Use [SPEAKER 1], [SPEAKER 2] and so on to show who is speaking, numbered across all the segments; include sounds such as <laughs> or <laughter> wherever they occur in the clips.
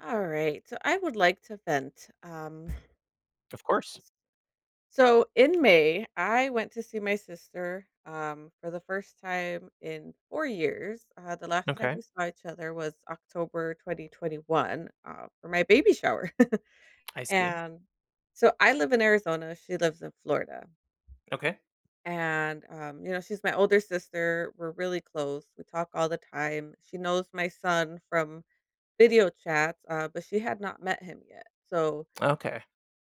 [SPEAKER 1] All right. So I would like to vent. Um,
[SPEAKER 2] Of course.
[SPEAKER 1] so in May, I went to see my sister for the first time in 4 years. The last time
[SPEAKER 2] Okay.
[SPEAKER 1] we saw each other was October 2021 for my baby shower.
[SPEAKER 2] I
[SPEAKER 1] <laughs>
[SPEAKER 2] see.
[SPEAKER 1] And so I live in Arizona. She lives in Florida.
[SPEAKER 2] Okay.
[SPEAKER 1] And, she's my older sister. We're really close. We talk all the time. She knows my son from video chats, but she had not met him yet. So,
[SPEAKER 2] Okay.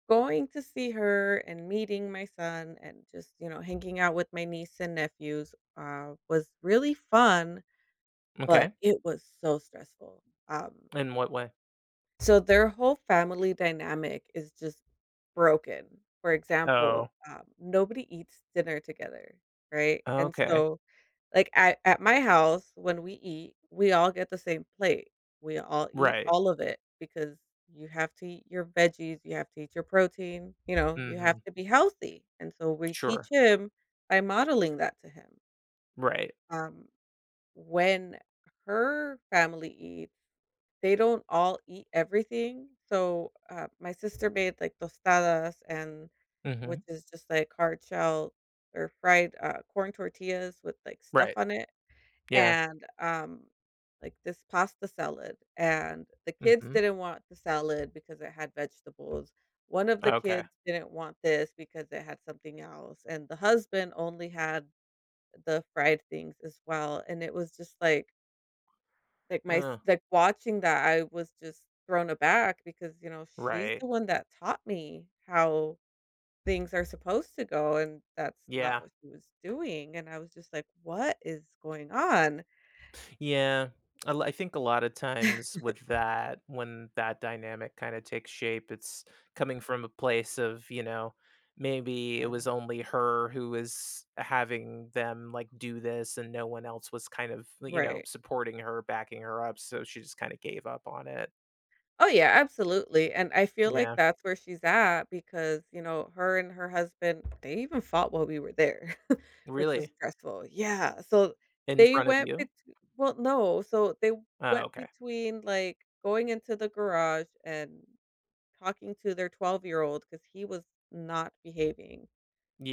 [SPEAKER 1] going to see her and meeting my son and just, hanging out with my niece and nephews, was really fun, but
[SPEAKER 2] Okay.
[SPEAKER 1] it was so stressful. Um,
[SPEAKER 2] In what way?
[SPEAKER 1] so their whole family dynamic is just broken. For example,
[SPEAKER 2] Oh,
[SPEAKER 1] nobody eats dinner together, right? And
[SPEAKER 2] okay.
[SPEAKER 1] so like, at my house, when we eat, we all get the same plate. We all eat
[SPEAKER 2] Right.
[SPEAKER 1] all of it because you have to eat your veggies, you have to eat your protein, you know, you have
[SPEAKER 2] Mhm.
[SPEAKER 1] to be healthy, and so we teach
[SPEAKER 2] Sure.
[SPEAKER 1] him by modeling that to him.
[SPEAKER 2] Right.
[SPEAKER 1] Um, when her family eats, they don't all eat everything, so, my sister made, like, tostadas and which
[SPEAKER 2] Mhm.
[SPEAKER 1] is just, like, hard shell or fried, corn tortillas with, like, stuff
[SPEAKER 2] Right.
[SPEAKER 1] on it
[SPEAKER 2] Yeah.
[SPEAKER 1] and, like this pasta salad, and the kids
[SPEAKER 2] Mhm.
[SPEAKER 1] didn't want the salad because it had vegetables. One of the
[SPEAKER 2] Okay.
[SPEAKER 1] kids didn't want this because it had something else, and the husband only had the fried things as well, and it was just like my s
[SPEAKER 2] Uh,
[SPEAKER 1] like watching that, I was just thrown aback because, you know, she's the
[SPEAKER 2] right.
[SPEAKER 1] one that taught me how things are supposed to go, and that's not
[SPEAKER 2] Yeah.
[SPEAKER 1] what she was doing, and I was just like, "What is going on?"
[SPEAKER 2] Yeah. I think a lot of times
[SPEAKER 1] <laughs>
[SPEAKER 2] with that, when that dynamic kinda takes shape, it's coming from a place of, you know, maybe it
[SPEAKER 1] Yeah.
[SPEAKER 2] was only her who was having them, like, do this and no one else was kind of, you know,
[SPEAKER 1] Right.
[SPEAKER 2] supporting her, backing her up, so she just kinda gave up on it.
[SPEAKER 1] Oh, yeah, absolutely, and I feel like
[SPEAKER 2] Yeah.
[SPEAKER 1] that's where she's at because, you know, her and her husband, they even fought while we were there, <laughs> which was
[SPEAKER 2] Really?
[SPEAKER 1] stressful. Yeah, so
[SPEAKER 2] In
[SPEAKER 1] they
[SPEAKER 2] front of
[SPEAKER 1] went bet
[SPEAKER 2] you?
[SPEAKER 1] well, no, so they
[SPEAKER 2] Oh,
[SPEAKER 1] went
[SPEAKER 2] okay.
[SPEAKER 1] between, like, going into the garage and talking to their twelve-year-old old because he was not behaving,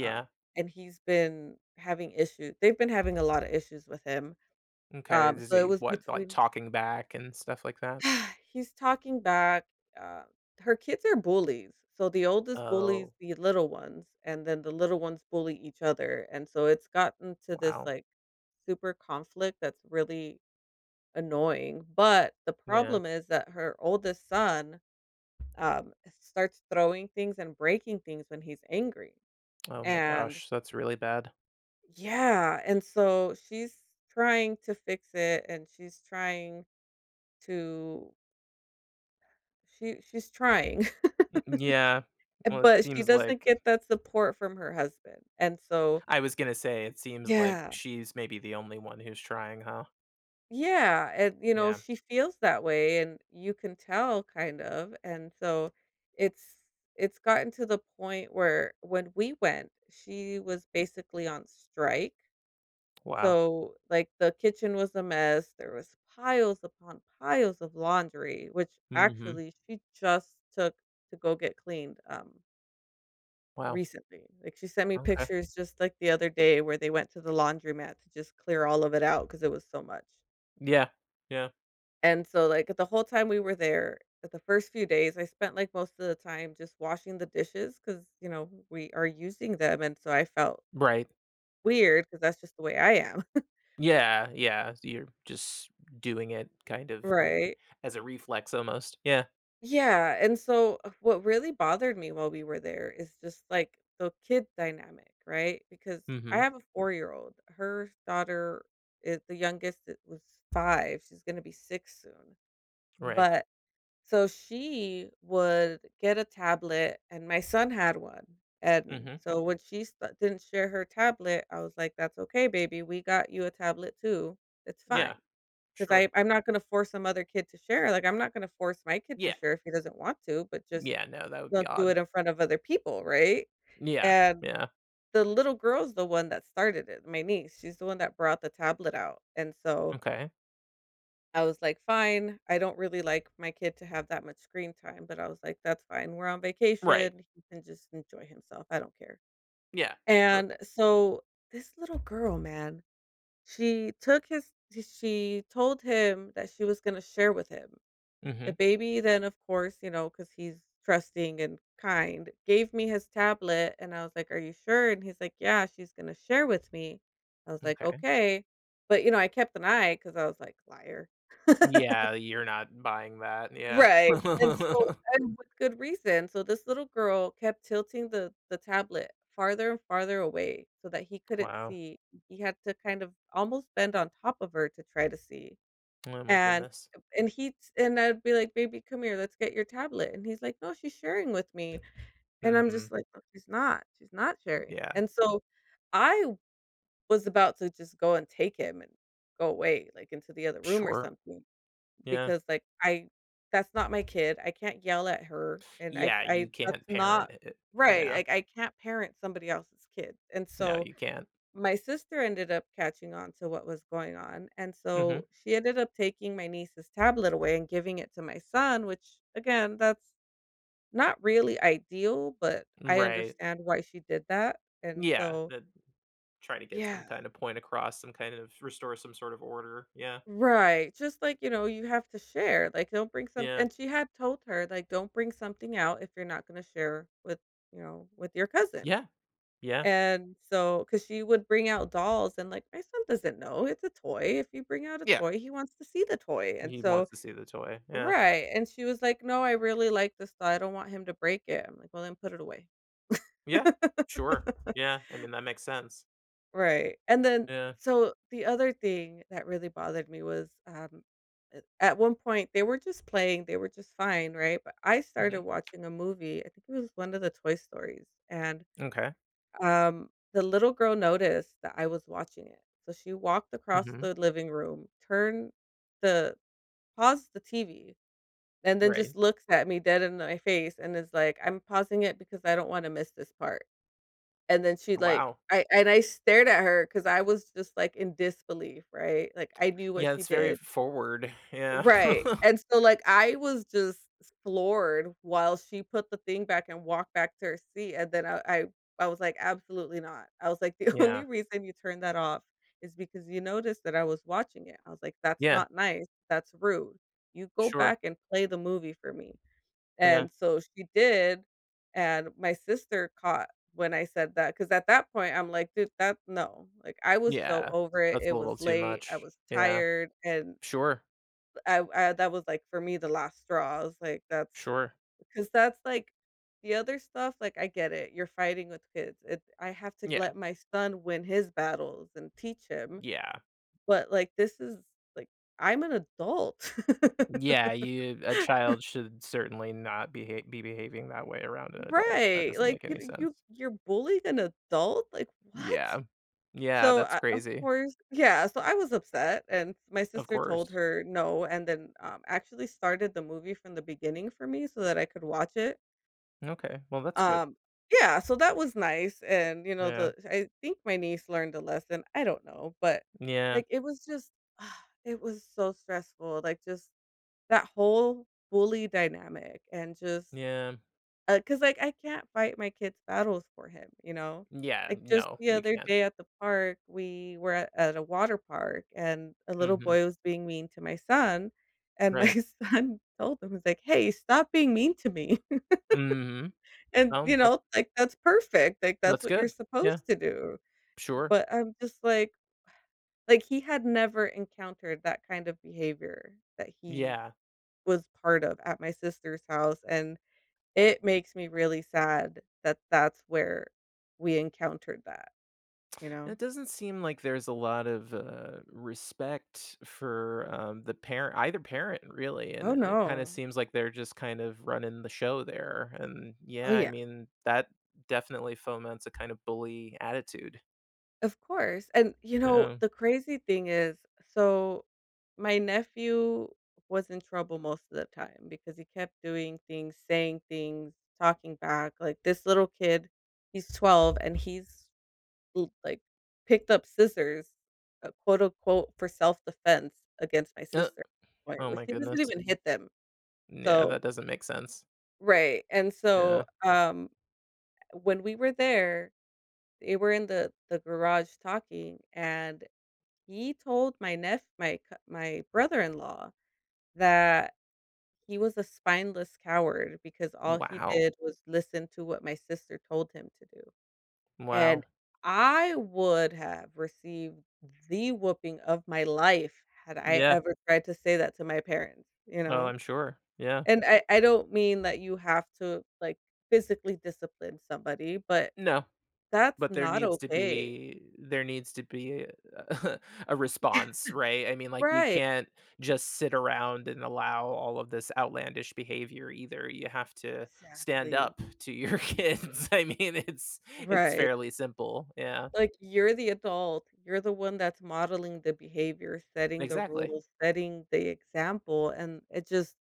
[SPEAKER 1] um, and he's been having issues. They've been having a lot of issues with him,
[SPEAKER 2] Okay. Is
[SPEAKER 1] so it
[SPEAKER 2] he
[SPEAKER 1] was
[SPEAKER 2] what, like,
[SPEAKER 1] between
[SPEAKER 2] talking back and stuff like that?
[SPEAKER 1] <sighs> He's talking back. Uh, her kids are bullies. So the oldest bullies
[SPEAKER 2] Oh,
[SPEAKER 1] the little ones, and then the little ones bully each other. And so it's gotten to this
[SPEAKER 2] wow.
[SPEAKER 1] like super conflict that's really annoying. But the
[SPEAKER 2] Yeah.
[SPEAKER 1] problem is that her oldest son um, starts throwing things and breaking things when he's angry.
[SPEAKER 2] Oh my
[SPEAKER 1] And
[SPEAKER 2] gosh, that's really bad.
[SPEAKER 1] yeah. And so she's trying to fix it and she's trying to, she's trying.
[SPEAKER 2] Mm, yeah.
[SPEAKER 1] Eh,
[SPEAKER 2] Well, it
[SPEAKER 1] but she
[SPEAKER 2] seems
[SPEAKER 1] doesn't
[SPEAKER 2] like
[SPEAKER 1] get that support from her husband, and so
[SPEAKER 2] I was gonna say it seems like
[SPEAKER 1] yeah.
[SPEAKER 2] she's maybe the only one who's trying, huh?
[SPEAKER 1] Yeah, and, you know,
[SPEAKER 2] Yeah.
[SPEAKER 1] she feels that way, and you can tell kind of, and so it's it's gotten to the point where when we went, she was basically on strike,
[SPEAKER 2] Wow.
[SPEAKER 1] so, like, the kitchen was a mess, there was piles upon piles of laundry, which
[SPEAKER 2] Mhm.
[SPEAKER 1] actually she just took to go get cleaned, um.
[SPEAKER 2] Wow.
[SPEAKER 1] Recently, like, she sent me
[SPEAKER 2] Okay.
[SPEAKER 1] pictures just, like, the other day where they went to the laundromat to just clear all of it out because it was so much,
[SPEAKER 2] Yeah. Yeah.
[SPEAKER 1] and so, like, the whole time we were there, at the first few days, I spent, like, most of the time just washing the dishes because you know, we are using them, and so I felt
[SPEAKER 2] Right.
[SPEAKER 1] weird because that's just the way I am. <laughs>
[SPEAKER 2] Yeah, yeah, you're just doing it kind of like
[SPEAKER 1] Right.
[SPEAKER 2] as a reflex almost. Yeah.
[SPEAKER 1] Yeah, and so what really bothered me while we were there is just, like, the kid dynamic, right? Because I
[SPEAKER 2] Mhm.
[SPEAKER 1] have a four-year-old. Her daughter is the youngest. It was 5, she's gonna be 6 soon,
[SPEAKER 2] Right.
[SPEAKER 1] but so she would get a tablet, and my son had one, and
[SPEAKER 2] Mhm.
[SPEAKER 1] so when she st didn't share her tablet, I was like, "That's okay, baby, we got you a tablet too, it's
[SPEAKER 2] Yeah.
[SPEAKER 1] fine." 'Cause
[SPEAKER 2] Sure.
[SPEAKER 1] I'm not gonna force some other kid to share, like, I'm not gonna force my kid to
[SPEAKER 2] Yeah.
[SPEAKER 1] share if he doesn't want to, but just
[SPEAKER 2] Yeah, no, that would be
[SPEAKER 1] don't do
[SPEAKER 2] odd.
[SPEAKER 1] it in front of other people, right?
[SPEAKER 2] Yeah.
[SPEAKER 1] And
[SPEAKER 2] Yeah.
[SPEAKER 1] the little girl's the one that started it, my niece, she's the one that brought the tablet out, and so
[SPEAKER 2] Okay.
[SPEAKER 1] I was like, "Fine, I don't really like my kid to have that much screen time," but I was like, "That's fine, we're on
[SPEAKER 2] Right.
[SPEAKER 1] vacation, he can just enjoy himself, I don't care."
[SPEAKER 2] Yeah. Sure.
[SPEAKER 1] And so this little girl, man, she took his she told him that she was gonna share with him. The
[SPEAKER 2] Mhm.
[SPEAKER 1] baby then, of course, you know, because he's trusting and kind, gave me his tablet, and I was like, "Are you sure?" And he's like, "Yeah, she's gonna share with me." I was like,
[SPEAKER 2] Okay.
[SPEAKER 1] "Okay." But, you know, I kept an eye because I was like, "Liar." <laughs>
[SPEAKER 2] Yeah, you're not buying that. Yeah.
[SPEAKER 1] Right. And so
[SPEAKER 2] <laughs>
[SPEAKER 1] and with good reason. So this little girl kept tilting the tablet farther and farther away so that he couldn't
[SPEAKER 2] Wow.
[SPEAKER 1] see. He had to kind of almost bend on top of her to try to see.
[SPEAKER 2] Oh my
[SPEAKER 1] And
[SPEAKER 2] goodness.
[SPEAKER 1] and I'd be like, "Baby, come here, let's get your tablet." And he's like, "No, she's sharing with me." And I'm just
[SPEAKER 2] Mhm.
[SPEAKER 1] like, "No, she's not. She's not sharing."
[SPEAKER 2] Yeah.
[SPEAKER 1] And so I was about to just go and take him and go away, like, into the other room or
[SPEAKER 2] Sure.
[SPEAKER 1] something
[SPEAKER 2] Yeah.
[SPEAKER 1] because, like, I that's not my kid. I can't yell at her, and I
[SPEAKER 2] Yeah,
[SPEAKER 1] I
[SPEAKER 2] you
[SPEAKER 1] that's
[SPEAKER 2] can't parent
[SPEAKER 1] not
[SPEAKER 2] it.
[SPEAKER 1] right,
[SPEAKER 2] Yeah.
[SPEAKER 1] like, I can't parent somebody else's kid. And
[SPEAKER 2] No,
[SPEAKER 1] so
[SPEAKER 2] you can't.
[SPEAKER 1] my sister ended up catching on to what was going on, and
[SPEAKER 2] Mhm.
[SPEAKER 1] so she ended up taking my niece's tablet away and giving it to my son, which again, that's not really ideal, but I
[SPEAKER 2] Right.
[SPEAKER 1] understand why she did that, and
[SPEAKER 2] Yeah,
[SPEAKER 1] so
[SPEAKER 2] that try to get some
[SPEAKER 1] yeah.
[SPEAKER 2] kind of point across, some kind of restore some sort of order. Yeah.
[SPEAKER 1] Right. Just like, you know, you have to share. Like, don't bring some.
[SPEAKER 2] Yeah.
[SPEAKER 1] And she had told her, like, don't bring something out if you're not going to share with, you know, with your cousin.
[SPEAKER 2] Yeah. Yeah.
[SPEAKER 1] And so, because she would bring out dolls and, like, my son doesn't know, it's a toy, if you bring out a
[SPEAKER 2] Yeah.
[SPEAKER 1] toy, he wants to see the toy, and
[SPEAKER 2] He
[SPEAKER 1] so
[SPEAKER 2] wants to see the toy. Yeah.
[SPEAKER 1] right, and she was like, "No, I really like this doll, I don't want him to break it." I'm like, "Well, then put it away."
[SPEAKER 2] Yeah. Sure.
[SPEAKER 1] <laughs>
[SPEAKER 2] Yeah. I mean, that makes sense.
[SPEAKER 1] Right, and then
[SPEAKER 2] Yeah.
[SPEAKER 1] so the other thing that really bothered me was, a at one point, they were just playing, they were just fine, right? But I
[SPEAKER 2] Mhm.
[SPEAKER 1] started watching a movie, I think it was one of the Toy Stories, and
[SPEAKER 2] Okay.
[SPEAKER 1] The little girl noticed that I was watching it. So she walked across
[SPEAKER 2] Mhm.
[SPEAKER 1] the living room, turned the paused the TV, and then
[SPEAKER 2] Right.
[SPEAKER 1] just looks at me dead in my face and is like, "I'm pausing it because I don't wanna miss this part." And then she like
[SPEAKER 2] Wow.
[SPEAKER 1] I and I stared at her because I was just, like, in disbelief, right? Like, I knew what
[SPEAKER 2] Yeah,
[SPEAKER 1] she
[SPEAKER 2] it's very
[SPEAKER 1] did.
[SPEAKER 2] forward. Yeah. <laughs>
[SPEAKER 1] Right, and so, like, I was just floored while she put the thing back and walked back to her seat, and then I was like, "Absolutely not." I was like, "The <laughs> only
[SPEAKER 2] Yeah.
[SPEAKER 1] reason you turned that off is because you noticed that I was watching it." I was like, "That's
[SPEAKER 2] Yeah.
[SPEAKER 1] not nice, that's rude. You go
[SPEAKER 2] Sure.
[SPEAKER 1] back and play the movie for me."
[SPEAKER 2] Yeah.
[SPEAKER 1] And so she did, and my sister caught when I said that because at that point, I'm like, "Dude, that no." Like, I was so
[SPEAKER 2] Yeah,
[SPEAKER 1] over it,
[SPEAKER 2] that's a
[SPEAKER 1] it
[SPEAKER 2] little
[SPEAKER 1] was
[SPEAKER 2] too
[SPEAKER 1] late, I
[SPEAKER 2] much.
[SPEAKER 1] was
[SPEAKER 2] Yeah.
[SPEAKER 1] tired, and
[SPEAKER 2] Sure,
[SPEAKER 1] I that was, like, for me, the last straw. I was like,
[SPEAKER 2] sure.
[SPEAKER 1] that's, like the other stuff, like, I get it. You're fighting with kids. It I have to
[SPEAKER 2] Yeah,
[SPEAKER 1] let my son win his battles and teach him,
[SPEAKER 2] yeah.
[SPEAKER 1] but, like, this is like, I'm an adult.
[SPEAKER 2] Yeah,
[SPEAKER 1] <laughs>
[SPEAKER 2] you a child should certainly not be behaving that way around an adult. That
[SPEAKER 1] Right,
[SPEAKER 2] doesn't
[SPEAKER 1] like,
[SPEAKER 2] make
[SPEAKER 1] you
[SPEAKER 2] any sense.
[SPEAKER 1] you you're bullying an adult? Like, what?
[SPEAKER 2] Yeah. Yeah,
[SPEAKER 1] So,
[SPEAKER 2] that's
[SPEAKER 1] I of
[SPEAKER 2] crazy.
[SPEAKER 1] course yeah, so I was upset, and my
[SPEAKER 2] Of
[SPEAKER 1] sister told
[SPEAKER 2] course.
[SPEAKER 1] her no, and then, actually started the movie from the beginning for me so that I could watch it.
[SPEAKER 2] Okay, well, that's good.
[SPEAKER 1] Um, yeah, so that was nice, and, you know,
[SPEAKER 2] Yeah.
[SPEAKER 1] the I think my niece learned a lesson, I don't know, but,
[SPEAKER 2] Yeah,
[SPEAKER 1] like, it was just <sighs> it was so stressful, like, just that whole bully dynamic and just
[SPEAKER 2] yeah.
[SPEAKER 1] because like, I can't fight my kid's battles for him, you know?
[SPEAKER 2] Yeah,
[SPEAKER 1] Like, just
[SPEAKER 2] no,
[SPEAKER 1] the
[SPEAKER 2] you
[SPEAKER 1] other
[SPEAKER 2] can't.
[SPEAKER 1] day at the park, we were at a water park, and a little
[SPEAKER 2] Mhm,
[SPEAKER 1] boy was being mean to my son, and my
[SPEAKER 2] right.
[SPEAKER 1] <laughs> son told him, he's like, "Hey, stop being mean to me."
[SPEAKER 2] Mhm.
[SPEAKER 1] And,
[SPEAKER 2] No,
[SPEAKER 1] you know, like, that's perfect, like, that's
[SPEAKER 2] that's
[SPEAKER 1] what you're
[SPEAKER 2] good. Yeah,
[SPEAKER 1] supposed to do,
[SPEAKER 2] sure.
[SPEAKER 1] but I'm just like, he had never encountered that kind of behavior that he
[SPEAKER 2] Yeah.
[SPEAKER 1] was part of at my sister's house, and it makes me really sad that that's where we encountered that, you know?
[SPEAKER 2] It doesn't seem like there's a lot of respect for the parent, either parent, really,
[SPEAKER 1] Oh,
[SPEAKER 2] and it kind of
[SPEAKER 1] no.
[SPEAKER 2] seems like they're just kind of running the show there. And
[SPEAKER 1] Oh,
[SPEAKER 2] yeah, I
[SPEAKER 1] yeah.
[SPEAKER 2] mean that definitely foments a kind of bully attitude.
[SPEAKER 1] Of course, and, you know,
[SPEAKER 2] Yeah.
[SPEAKER 1] the crazy thing is, so my nephew was in trouble most of the time because he kept doing things, saying things, talking back, like, this little kid, he's 12, and he's l like, picked up scissors, quote, unquote, "for self-defense" against my
[SPEAKER 2] Uh,
[SPEAKER 1] sister at one point
[SPEAKER 2] oh
[SPEAKER 1] where
[SPEAKER 2] my
[SPEAKER 1] she doesn't
[SPEAKER 2] goodness.
[SPEAKER 1] even hit them,
[SPEAKER 2] Yeah,
[SPEAKER 1] so
[SPEAKER 2] that doesn't make sense.
[SPEAKER 1] right, and so,
[SPEAKER 2] Yeah.
[SPEAKER 1] when we were there, they were in the garage talking, and He told my neph my c my brother-in-law that he was a spineless coward because all he
[SPEAKER 2] Wow.
[SPEAKER 1] did was listen to what my sister told him to do, and
[SPEAKER 2] Wow.
[SPEAKER 1] I would have received the whooping of my life had I
[SPEAKER 2] Yeah.
[SPEAKER 1] ever tried to say that to my parents, you
[SPEAKER 2] Oh,
[SPEAKER 1] know?
[SPEAKER 2] I'm sure. Yeah.
[SPEAKER 1] And I don't mean that you have to, like, physically discipline somebody, but
[SPEAKER 2] No,
[SPEAKER 1] that's
[SPEAKER 2] but there
[SPEAKER 1] not
[SPEAKER 2] needs to
[SPEAKER 1] okay.
[SPEAKER 2] be a <laughs> a response, right? I
[SPEAKER 1] <laughs>
[SPEAKER 2] mean, like, you
[SPEAKER 1] Right.
[SPEAKER 2] can't just sit around and allow all of this outlandish behavior either. You have to stand
[SPEAKER 1] Exactly.
[SPEAKER 2] up to your <laughs> kids. I mean, it's
[SPEAKER 1] Right.
[SPEAKER 2] fairly simple. Yeah,
[SPEAKER 1] Like, you're the adult, you're the one that's modeling the behavior, setting the
[SPEAKER 2] exactly.
[SPEAKER 1] rules, setting the example, and it just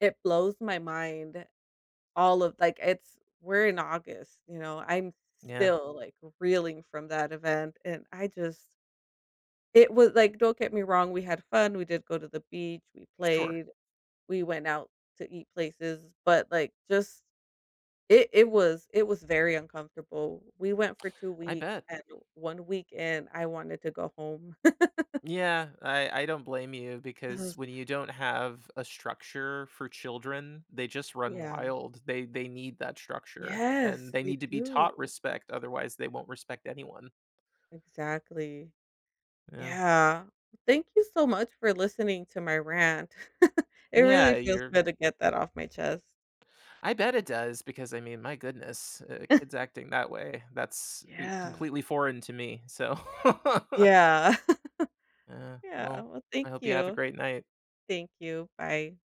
[SPEAKER 1] it blows my mind all of like, it's we're in August, you know, I'm
[SPEAKER 2] Yeah,
[SPEAKER 1] still, like, reeling from that event, and I just it was like, don't get me wrong, we had fun, we did go to the beach, we
[SPEAKER 2] sure.
[SPEAKER 1] played, we went out to eat places, but, like, just it was very uncomfortable. We went for 2
[SPEAKER 2] I
[SPEAKER 1] weeks,
[SPEAKER 2] bet.
[SPEAKER 1] and 1 weekend, I wanted to go home. <laughs>
[SPEAKER 2] Yeah, I don't blame you
[SPEAKER 1] I
[SPEAKER 2] because
[SPEAKER 1] was
[SPEAKER 2] when you don't have a structure for children, they just run
[SPEAKER 1] yeah.
[SPEAKER 2] wild. They need that structure and
[SPEAKER 1] Yes,
[SPEAKER 2] they
[SPEAKER 1] they
[SPEAKER 2] need to be taught
[SPEAKER 1] do.
[SPEAKER 2] respect otherwise they won't respect anyone.
[SPEAKER 1] Exactly.
[SPEAKER 2] Yeah.
[SPEAKER 1] Yeah. Thank you so much for listening to my rant. <laughs> It
[SPEAKER 2] Yeah,
[SPEAKER 1] really feels
[SPEAKER 2] you're
[SPEAKER 1] good to get that off my chest.
[SPEAKER 2] I bet it does because I mean, my goodness, kids acting that way, that's
[SPEAKER 1] Yeah.
[SPEAKER 2] completely foreign to me. So, <laughs>
[SPEAKER 1] Yeah. <laughs> Yeah.
[SPEAKER 2] well,
[SPEAKER 1] Well, thank
[SPEAKER 2] I hope you have a
[SPEAKER 1] you.
[SPEAKER 2] great night.
[SPEAKER 1] Thank you. Bye.